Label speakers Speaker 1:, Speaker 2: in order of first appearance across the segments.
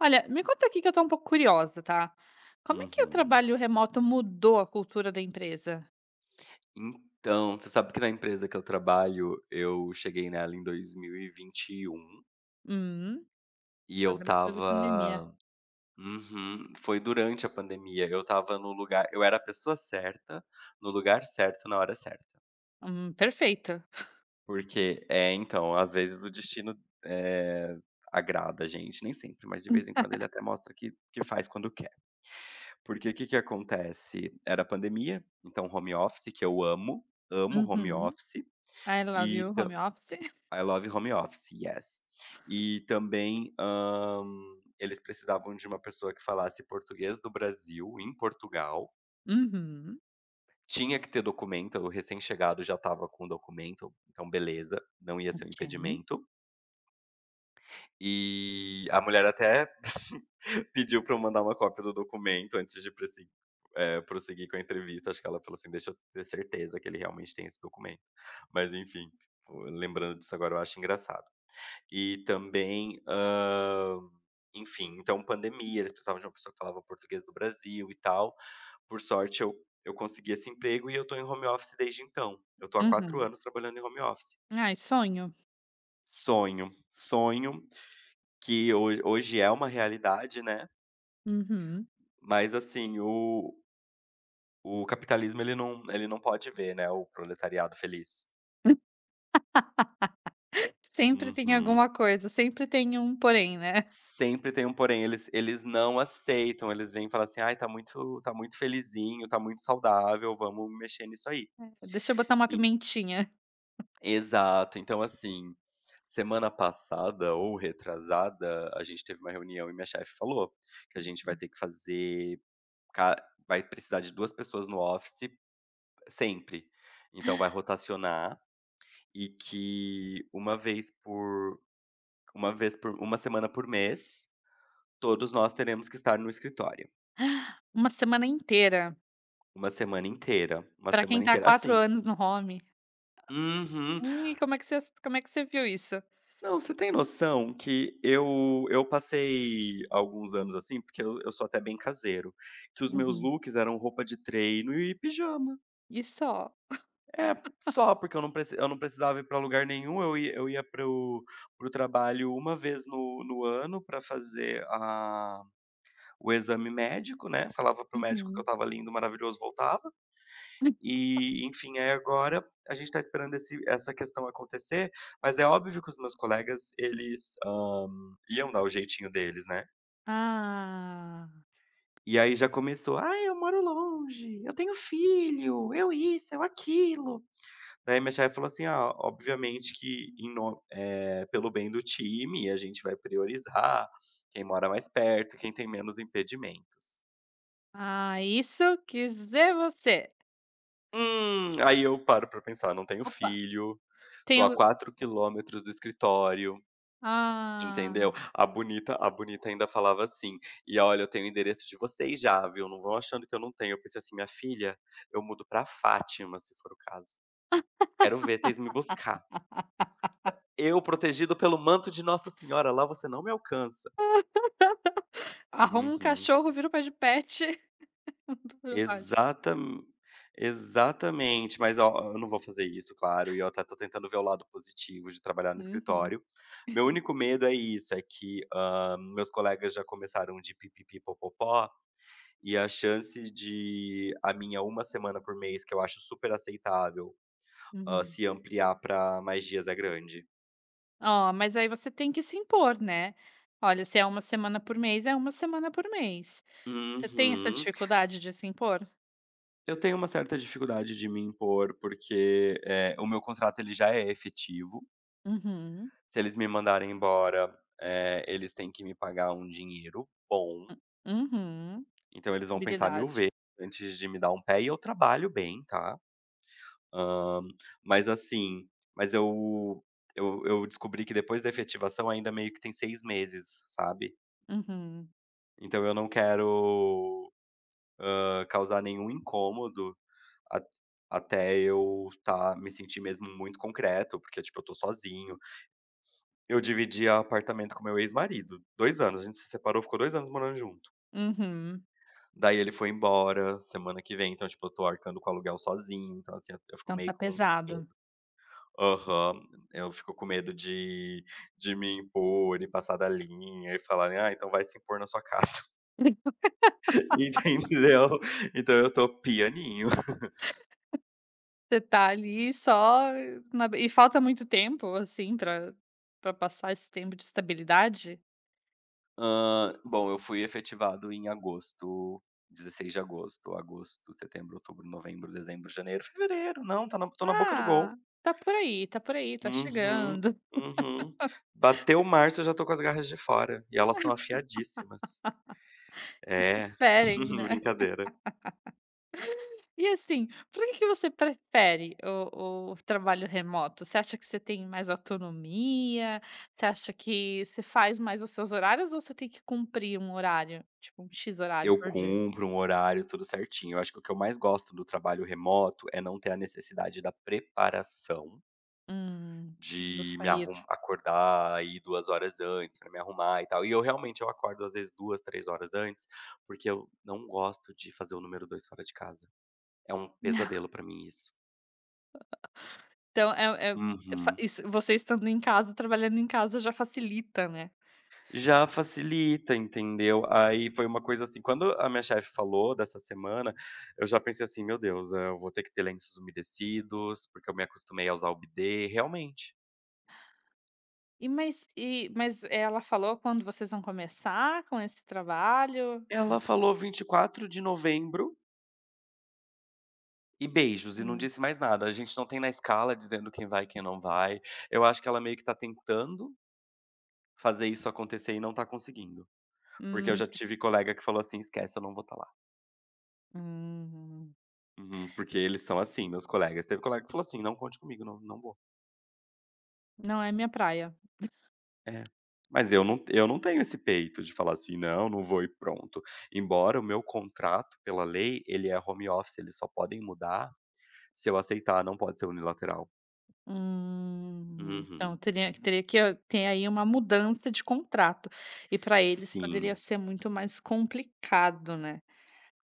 Speaker 1: Olha, me conta aqui que eu estou um pouco curiosa, tá? Como é que o
Speaker 2: Uhum.
Speaker 1: trabalho remoto mudou a cultura da empresa?
Speaker 2: Então, você sabe que na empresa que eu trabalho, eu cheguei nela em dois mil e vinte e um
Speaker 1: Hum,
Speaker 2: e eu
Speaker 1: logo depois da pandemia.
Speaker 2: estava. Uhum, foi durante a pandemia. Eu estava no lugar eu era a pessoa certa, no lugar certo, na hora certa.
Speaker 1: Perfeito.
Speaker 2: Porque é, então, às vezes o destino, eh, agrada a gente, nem sempre, mas de vez em quando ele até mostra que faz quando quer. Porque o que que acontece? Era pandemia, então home office, que eu amo, amo home
Speaker 1: Uhum.
Speaker 2: office,
Speaker 1: I love
Speaker 2: e
Speaker 1: you, home office.
Speaker 2: I love home office, yes. E também, eles precisavam de uma pessoa que falasse português do Brasil em Portugal.
Speaker 1: Uhum.
Speaker 2: Tinha que ter documento. O recém-chegado já estava com o documento, então beleza, não ia ser um
Speaker 1: Ok.
Speaker 2: impedimento. E a mulher até pediu para eu mandar uma cópia do documento antes de prosseguir com a entrevista. Acho que ela falou assim: "Deixa eu ter certeza que ele realmente tem esse documento". Mas enfim, lembrando disso agora eu acho engraçado. E também, enfim, então pandemia, eles precisavam de uma pessoa que falava português do Brasil e tal. Por sorte eu consegui esse emprego e eu tô em home office desde então. Eu tô há 4
Speaker 1: Uhum.
Speaker 2: anos trabalhando em home office.
Speaker 1: Ai, sonho.
Speaker 2: Sonho, sonho que hoje hoje é uma realidade, né,
Speaker 1: Uhum.
Speaker 2: mas assim, o capitalismo, ele não pode ver, né, o proletariado feliz.
Speaker 1: Sempre tem
Speaker 2: Uhum.
Speaker 1: alguma coisa, sempre tem um porém, né?
Speaker 2: Sempre tem um porém, eles não aceitam, eles vêm e falam assim: "Ai, tá muito felizinho, tá muito saudável, vamos mexer nisso aí".
Speaker 1: É, deixa eu botar uma
Speaker 2: E
Speaker 1: pimentinha.
Speaker 2: exato, então assim, semana passada ou retrasada, a gente teve uma reunião e minha chefe falou que a gente vai ter que fazer ca vai precisar de 2 pessoas no office sempre, então vai rotacionar, e que uma vez por uma semana por mês, todos nós teremos que estar no escritório.
Speaker 1: Uma semana inteira.
Speaker 2: Uma
Speaker 1: Pra quem
Speaker 2: semana
Speaker 1: tá há
Speaker 2: inteira
Speaker 1: 4
Speaker 2: assim.
Speaker 1: anos no home.
Speaker 2: Uhum.
Speaker 1: E como é que você viu isso?
Speaker 2: Não, você tem noção que eu passei alguns anos assim, porque eu sou até bem caseiro, que os meus
Speaker 1: Uhum.
Speaker 2: looks eram roupa de treino e pijama.
Speaker 1: E só.
Speaker 2: É, só, porque eu não precisava ir pra lugar nenhum, eu ia para o trabalho uma vez no ano pra fazer a o exame médico, né, falava pro médico que eu
Speaker 1: Uhum.
Speaker 2: estava lindo, maravilhoso, voltava. E, enfim, aí agora a gente está esperando esse essa questão acontecer, mas é óbvio que os meus colegas, eles, iam dar o jeitinho deles, né.
Speaker 1: Ah,
Speaker 2: E aí já começou: "Ah, eu moro longe, eu tenho filho, eu isso, eu aquilo". Daí minha chefe falou assim: "Ah, obviamente que em no eh, pelo bem do time, a gente vai priorizar quem mora mais perto, quem tem menos impedimentos".
Speaker 1: ah, isso quis dizer você.
Speaker 2: Aí eu paro pra pensar: não tenho
Speaker 1: Opa.
Speaker 2: filho, tô a
Speaker 1: Tenho.
Speaker 2: 4 km do escritório.
Speaker 1: ah,
Speaker 2: Entendeu? A bonita ainda falava assim: "E olha, eu tenho o endereço de vocês já, viu, não vão achando que eu não tenho". Eu pensei assim: "Minha filha, eu mudo pra Fátima, se for o caso. Quero ver vocês me buscar. Eu, protegido pelo manto de Nossa Senhora, lá você não me alcança".
Speaker 1: Arruma um
Speaker 2: Uhum.
Speaker 1: cachorro, vira o pai de pet. Tudo ótimo.
Speaker 2: Exatamen Exatamente. Mas ó, eu não vou fazer isso, claro, e eu até tô tentando ver o lado positivo de trabalhar no
Speaker 1: Uhum,
Speaker 2: escritório. Meu único medo é isso, é que, meus colegas já começaram de pi popopó. E a chance de a minha uma semana por mês, que eu acho super aceitável,
Speaker 1: uhum.
Speaker 2: se ampliar para mais dias é grande.
Speaker 1: Ó, mas aí você tem que se impor, né. Olha, se é uma semana por mês, é uma semana por mês. Você tem essa
Speaker 2: Uhum.
Speaker 1: dificuldade de se impor?
Speaker 2: Eu tenho uma certa dificuldade de me impor, porque, o meu contrato ele já é efetivo.
Speaker 1: Uhum.
Speaker 2: Se eles me mandarem embora, eles têm que me pagar um dinheiro bom,
Speaker 1: Uhum.
Speaker 2: então eles vão pensar 1000
Speaker 1: Habilidade.
Speaker 2: vezes antes de me dar um pé, e eu trabalho bem, tá? Hã, mas assim mas eu descobri que depois da efetivação ainda meio que tem 6 meses, sabe.
Speaker 1: Uhum,
Speaker 2: Então eu não quero, causar nenhum incômodo a até eu tá me sentir mesmo muito concreto, porque, tipo, eu tô sozinho. Eu dividia apartamento com meu ex-marido. 2 anos, a gente se separou, ficou 2 anos morando junto.
Speaker 1: uhum.
Speaker 2: Daí ele foi embora semana que vem, então, tipo, eu tô arcando com o aluguel sozinho, então, assim, eu fico
Speaker 1: Então tá
Speaker 2: meio com.
Speaker 1: pesado.
Speaker 2: Aham. Eu fico com medo de me impor e passar da linha e falarem: "Ah, então vai se impor na sua casa", entendeu? Então eu tô pianinho.
Speaker 1: Você tá ali só na be e falta muito tempo, assim, pra passar esse tempo de estabilidade?
Speaker 2: Bom, eu fui efetivado em agosto, 16 de agosto. Agosto, setembro, outubro, novembro, dezembro, janeiro, fevereiro. Não, tá na tô na boca do
Speaker 1: "Ah,
Speaker 2: gol.
Speaker 1: tá por aí, tá por aí, tá
Speaker 2: Uhum,
Speaker 1: chegando,
Speaker 2: uhum. Bateu março, eu já tô com as garras de fora, e elas são afiadíssimas. É,
Speaker 1: esperem, né".
Speaker 2: brincadeira.
Speaker 1: E assim, por que que você prefere o trabalho remoto? Você acha que você tem mais autonomia? Você acha que você faz mais os seus horários ou você tem que cumprir um horário, tipo um "X" horário
Speaker 2: Eu
Speaker 1: por dia?
Speaker 2: cumpro um horário, tudo certinho. Eu acho que o que eu mais gosto do trabalho remoto é não ter a necessidade da preparação,
Speaker 1: Vou
Speaker 2: de me
Speaker 1: sair.
Speaker 2: arrum acordar aí 2 horas antes pra me arrumar e tal. E eu realmente eu acordo às vezes 2, 3 horas antes, porque eu não gosto de fazer o número 2 fora de casa. É um pesadelo pra mim isso.
Speaker 1: Então é é é fa
Speaker 2: Uhum.
Speaker 1: isso, você estando em casa, trabalhando em casa já facilita, né.
Speaker 2: Já facilita, entendeu. Aí foi uma coisa assim: quando a minha chefe falou dessa semana, eu já pensei assim: "Meu Deus, eu vou ter que ter lenços umedecidos, porque eu me acostumei a usar o bidê", realmente.
Speaker 1: E mas ela falou quando vocês vão começar com esse trabalho?
Speaker 2: Ela falou 24 de novembro e beijos, e não
Speaker 1: Hum.
Speaker 2: disse mais nada. A gente não tem na escala dizendo quem vai e quem não vai. Eu acho que ela meio que tá tentando fazer isso acontecer e não tá conseguindo, porque eu
Speaker 1: Hum,
Speaker 2: já tive colega que falou assim: "Esquece, eu não vou estar lá".
Speaker 1: hum,
Speaker 2: Uhum, porque eles são assim, meus colegas. Teve colega que falou assim: "Não conte comigo, não, não vou".
Speaker 1: não é minha praia.
Speaker 2: É. Mas eu não tenho esse peito de falar assim: "Não, não vou e pronto". Embora o meu contrato, pela lei, ele é home office, eles só podem mudar se eu aceitar, não pode ser unilateral.
Speaker 1: Então
Speaker 2: Uhum.
Speaker 1: teria que ter aí uma mudança de contrato, e para eles poderia
Speaker 2: Sim,
Speaker 1: ser muito mais complicado, né.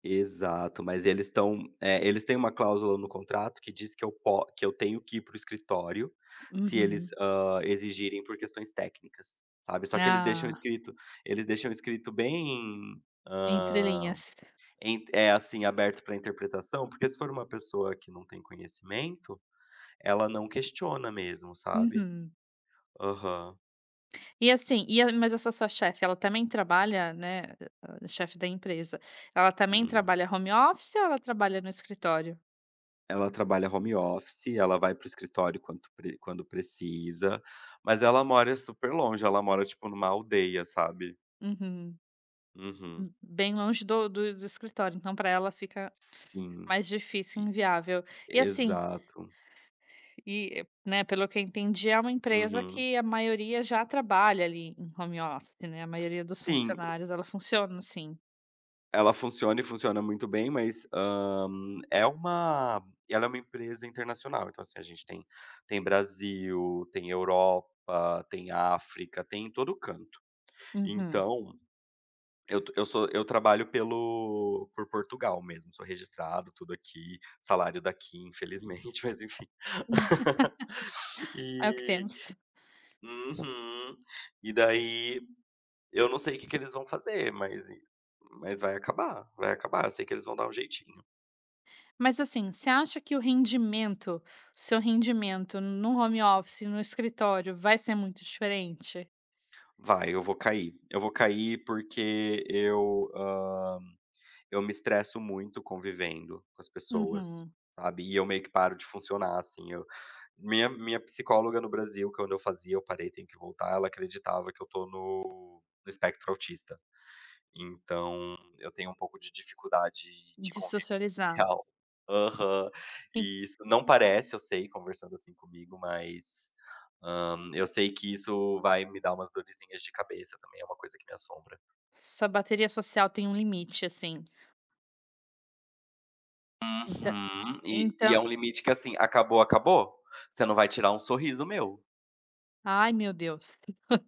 Speaker 2: exato. Mas eles têm uma cláusula no contrato que diz que eu tenho que ir para o escritório se eles,
Speaker 1: Uhum.
Speaker 2: exigirem por questões técnicas, sabe. Só que
Speaker 1: Ah,
Speaker 2: eles deixam escrito bem.
Speaker 1: entre linhas.
Speaker 2: En é, assim, aberto para interpretação, porque se for uma pessoa que não tem conhecimento, ela não questiona mesmo, sabe.
Speaker 1: Uhum.
Speaker 2: Aham.
Speaker 1: E assim, e a mas essa sua chefe, ela também trabalha, né, a chefe da empresa, ela também
Speaker 2: Hum.
Speaker 1: trabalha home office ou ela trabalha no escritório?
Speaker 2: Ela trabalha home office, ela vai para o escritório quando precisa, mas ela mora super longe, ela mora, tipo, numa aldeia, sabe.
Speaker 1: Uhum.
Speaker 2: Uhum.
Speaker 1: B bem longe do escritório, então para ela fica
Speaker 2: Sim.
Speaker 1: mais difícil,
Speaker 2: E
Speaker 1: inviável. E assim,
Speaker 2: exato.
Speaker 1: e, né, pelo que eu entendi, é uma empresa
Speaker 2: Uhum.
Speaker 1: que a maioria já trabalha ali em home office, né, a maioria dos
Speaker 2: Sim,
Speaker 1: funcionários, ela funciona assim.
Speaker 2: ela funciona e funciona muito bem, mas, hã, é uma ela é uma empresa internacional, então, assim, a gente tem Brasil, tem Europa, tem África, tem em todo canto.
Speaker 1: Uhum.
Speaker 2: Então, eu t eu sou eu trabalho pelo por Portugal mesmo, sou registrado, tudo aqui, salário daqui, infelizmente, mas enfim.
Speaker 1: É o que
Speaker 2: E.
Speaker 1: temos.
Speaker 2: Uhum. E daí, eu não sei o que que eles vão fazer, mas vai acabar, eu sei que eles vão dar um jeitinho.
Speaker 1: Mas assim, você acha que o rendimento seu rendimento no home office, no escritório, vai ser muito diferente?
Speaker 2: Vai, eu vou cair. Eu vou cair porque eu me estresso muito convivendo com as pessoas,
Speaker 1: Uhum.
Speaker 2: sabe. E eu meio que paro de funcionar, assim, eu minha minha psicóloga no Brasil, que quando eu fazia eu parei, tenho que voltar, ela acreditava que eu tô no espectro autista. Então, eu tenho um pouco de dificuldade de
Speaker 1: De
Speaker 2: convívio
Speaker 1: socializar.
Speaker 2: real. Aham.
Speaker 1: En
Speaker 2: E isso não parece, eu sei, conversando, assim, comigo, mas, eu sei que isso vai me dar umas dorzinhas de cabeça também, é uma coisa que me assombra.
Speaker 1: Sua bateria social tem um limite, assim. Entã
Speaker 2: Uhum. E
Speaker 1: então,
Speaker 2: é um limite que, assim, acabou, acabou. Você não vai tirar um sorriso meu.
Speaker 1: ai, meu Deus.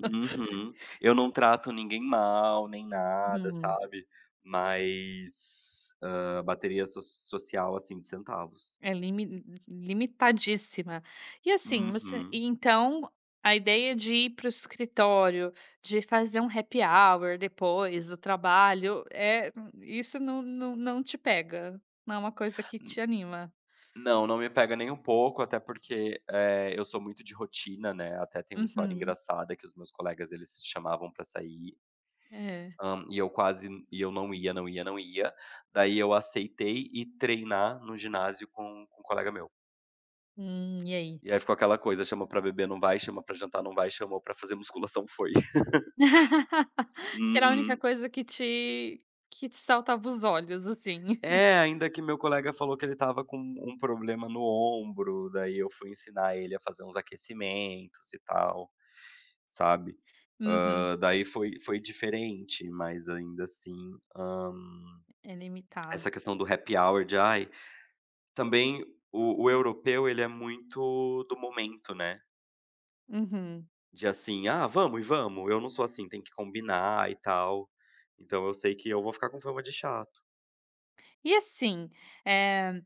Speaker 2: Uhum. Eu não trato ninguém mal, nem nada,
Speaker 1: Uhum.
Speaker 2: sabe. Mas, bateria social, assim, de centavos.
Speaker 1: É limitadíssima. E assim, você
Speaker 2: Uhum.
Speaker 1: e então a ideia de ir para o escritório, de fazer um happy hour depois do trabalho, é isso, não te pega? Não é uma coisa que
Speaker 2: N
Speaker 1: te anima?
Speaker 2: Não, não me pega nem um pouco, até porque, eu sou muito de rotina, né, até tem uma história
Speaker 1: Uhum.
Speaker 2: engraçada que os meus colegas, eles se chamavam pra sair.
Speaker 1: É.
Speaker 2: Hã, e eu quase e eu não ia, não ia, não ia. Daí eu aceitei ir treinar no ginásio com um colega meu.
Speaker 1: E aí?
Speaker 2: E aí ficou aquela coisa: chama pra beber não vai, chama pra jantar não vai, chamou pra fazer musculação foi.
Speaker 1: Que era a única
Speaker 2: Uhum.
Speaker 1: coisa que te saltava os olhos, assim.
Speaker 2: É, ainda que meu colega falou que ele estava com um problema no ombro, daí eu fui ensinar ele a fazer uns aquecimentos e tal, sabe.
Speaker 1: Uhum.
Speaker 2: Daí foi diferente, mas ainda assim,
Speaker 1: É
Speaker 2: essa
Speaker 1: limitado.
Speaker 2: questão do happy hour de: "Ai". Também o europeu ele é muito do momento, né,
Speaker 1: Uhum.
Speaker 2: de assim: "Ah, vamos e vamos". Eu não sou assim, tem que combinar e tal, então eu sei que eu vou ficar com fama de chato.
Speaker 1: E assim, eh,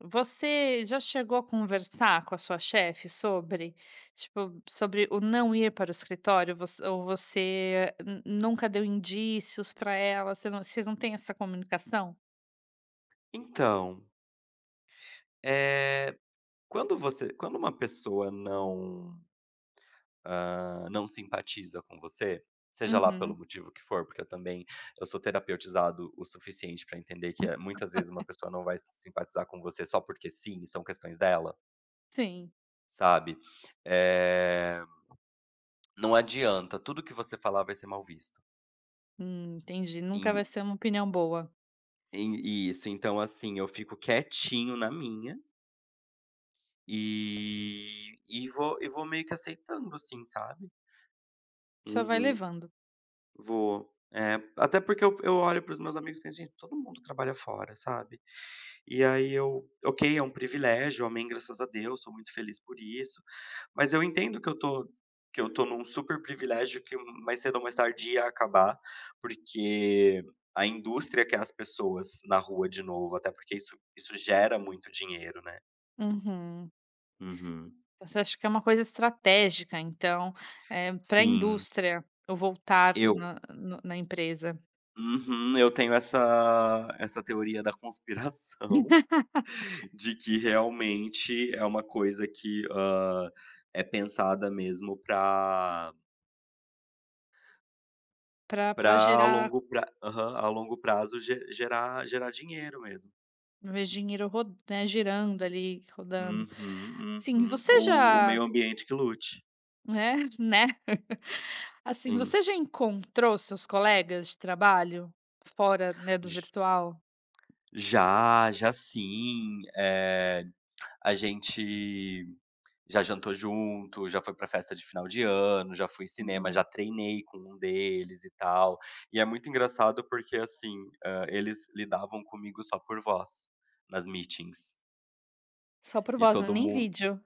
Speaker 1: você já chegou a conversar com a sua chefe sobre, tipo, sobre o não ir para o escritório? Voc ou você nu nunca deu indícios para ela? Vocês não têm essa comunicação?
Speaker 2: Então, eh, quando uma pessoa não, não simpatiza com você, seja lá pelo
Speaker 1: Uhum,
Speaker 2: motivo que for, porque eu também eu sou terapeutizado o suficiente para entender que, muitas vezes uma pessoa não vai simpatizar com você só porque sim, são questões dela,
Speaker 1: sim.
Speaker 2: sabe. Eh Não adianta, tudo que você falar vai ser mal visto.
Speaker 1: Entendi. Nunca
Speaker 2: Em
Speaker 1: vai ser uma opinião boa.
Speaker 2: e isso, então assim, eu fico quietinho na minha, e vou e vou meio que aceitando, assim, sabe.
Speaker 1: Só vai
Speaker 2: Uhum,
Speaker 1: levando.
Speaker 2: vou. É, até porque eu olho para os meus amigos e penso: "Gente, todo mundo trabalha fora", sabe. E aí eu ok, é um privilégio, amém, graças a Deus, sou muito feliz por isso, mas eu entendo que eu tô num super privilégio que mais cedo ou mais tarde ia acabar, porque a indústria quer as pessoas na rua de novo, até porque isso gera muito dinheiro, né.
Speaker 1: Uhum.
Speaker 2: Uhum.
Speaker 1: Você acha que é uma coisa estratégica, então, para a
Speaker 2: Sim,
Speaker 1: indústria, o voltar
Speaker 2: eu
Speaker 1: na no na empresa,
Speaker 2: uhum, eu tenho essa teoria da conspiração de que realmente é uma coisa que, é pensada mesmo para
Speaker 1: para
Speaker 2: Pra a
Speaker 1: gerar.
Speaker 2: longo pra aham, a longo prazo ge gerar gerar dinheiro mesmo.
Speaker 1: Vejo dinheiro ro né, girando ali, rodando.
Speaker 2: Uhum,
Speaker 1: Assim,
Speaker 2: uhum.
Speaker 1: você
Speaker 2: O
Speaker 1: já,
Speaker 2: meio ambiente que lute.
Speaker 1: né, né, assim,
Speaker 2: Sim.
Speaker 1: você já encontrou seus colegas de trabalho fora, né, do
Speaker 2: J
Speaker 1: virtual?
Speaker 2: Já, já sim. A gente já jantou junto, já foi pra festa de final de ano, já fui em cinema, já
Speaker 1: Uhum.
Speaker 2: treinei com um deles e tal. E é muito engraçado porque, assim, eles lidavam comigo só por voz, nas meetings.
Speaker 1: Só por
Speaker 2: E
Speaker 1: voz, né,
Speaker 2: todo
Speaker 1: nem
Speaker 2: mun
Speaker 1: vídeo.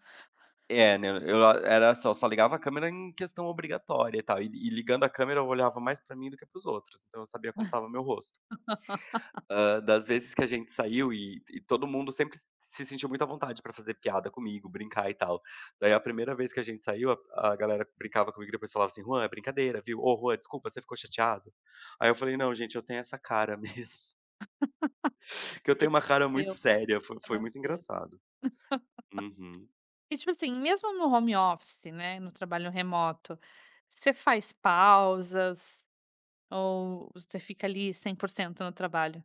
Speaker 2: É, né, eu a era só ligava a câmera em questão obrigatória e tal, e ligando a câmera eu olhava mais pra mim do que para os outros, então eu sabia como estava meu rosto. Das vezes que a gente saiu, e todo mundo sempre se sentiu muito à vontade pra fazer piada comigo, brincar e tal. Daí a primeira vez que a gente saiu, a galera brincava comigo e depois falava assim: "Juan, é brincadeira, viu? Ô Juan, desculpa, você ficou chateado?". Aí eu falei: "Não, gente, eu tenho essa cara mesmo", que eu
Speaker 1: Esse
Speaker 2: tenho uma cara
Speaker 1: sou
Speaker 2: muito
Speaker 1: eu,
Speaker 2: séria, foi muito
Speaker 1: prazer.
Speaker 2: engraçado. Uhum.
Speaker 1: E tipo assim, mesmo no home office, né, no trabalho remoto, você faz pausas ou você fica ali 100% no trabalho?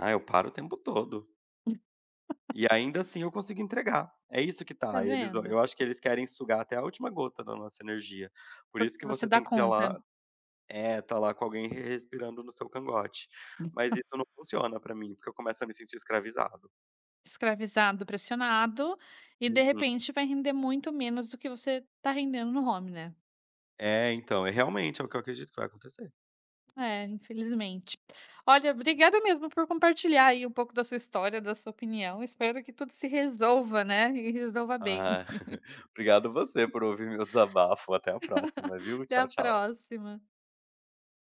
Speaker 2: Ah, eu paro o tempo todo. E ainda assim eu consigo entregar. É isso que
Speaker 1: Tá
Speaker 2: tá, eles
Speaker 1: vendo?
Speaker 2: eu acho que eles querem sugar até a última gota da nossa energia. Por isso
Speaker 1: Porque
Speaker 2: que
Speaker 1: você
Speaker 2: você
Speaker 1: dá
Speaker 2: tem que ter
Speaker 1: conta.
Speaker 2: lá, é, tá lá com alguém re respirando no seu cangote. Mas isso não funciona pra mim, porque eu começo a me sentir escravizado.
Speaker 1: Escravizado, pressionado, e de
Speaker 2: Uhum.
Speaker 1: repente vai render muito menos do que você tá rendendo no home, né.
Speaker 2: É, então, é realmente, é o que eu acredito que vai acontecer.
Speaker 1: É, infelizmente. Olha,
Speaker 2: Sim.
Speaker 1: obrigada mesmo por compartilhar aí um pouco da sua história, da sua opinião, espero que tudo se resolva, né, e resolva bem.
Speaker 2: Ah, obrigado você por ouvir meu desabafo. Até a próxima, viu.
Speaker 1: Até a
Speaker 2: Tchau, tchau.
Speaker 1: próxima.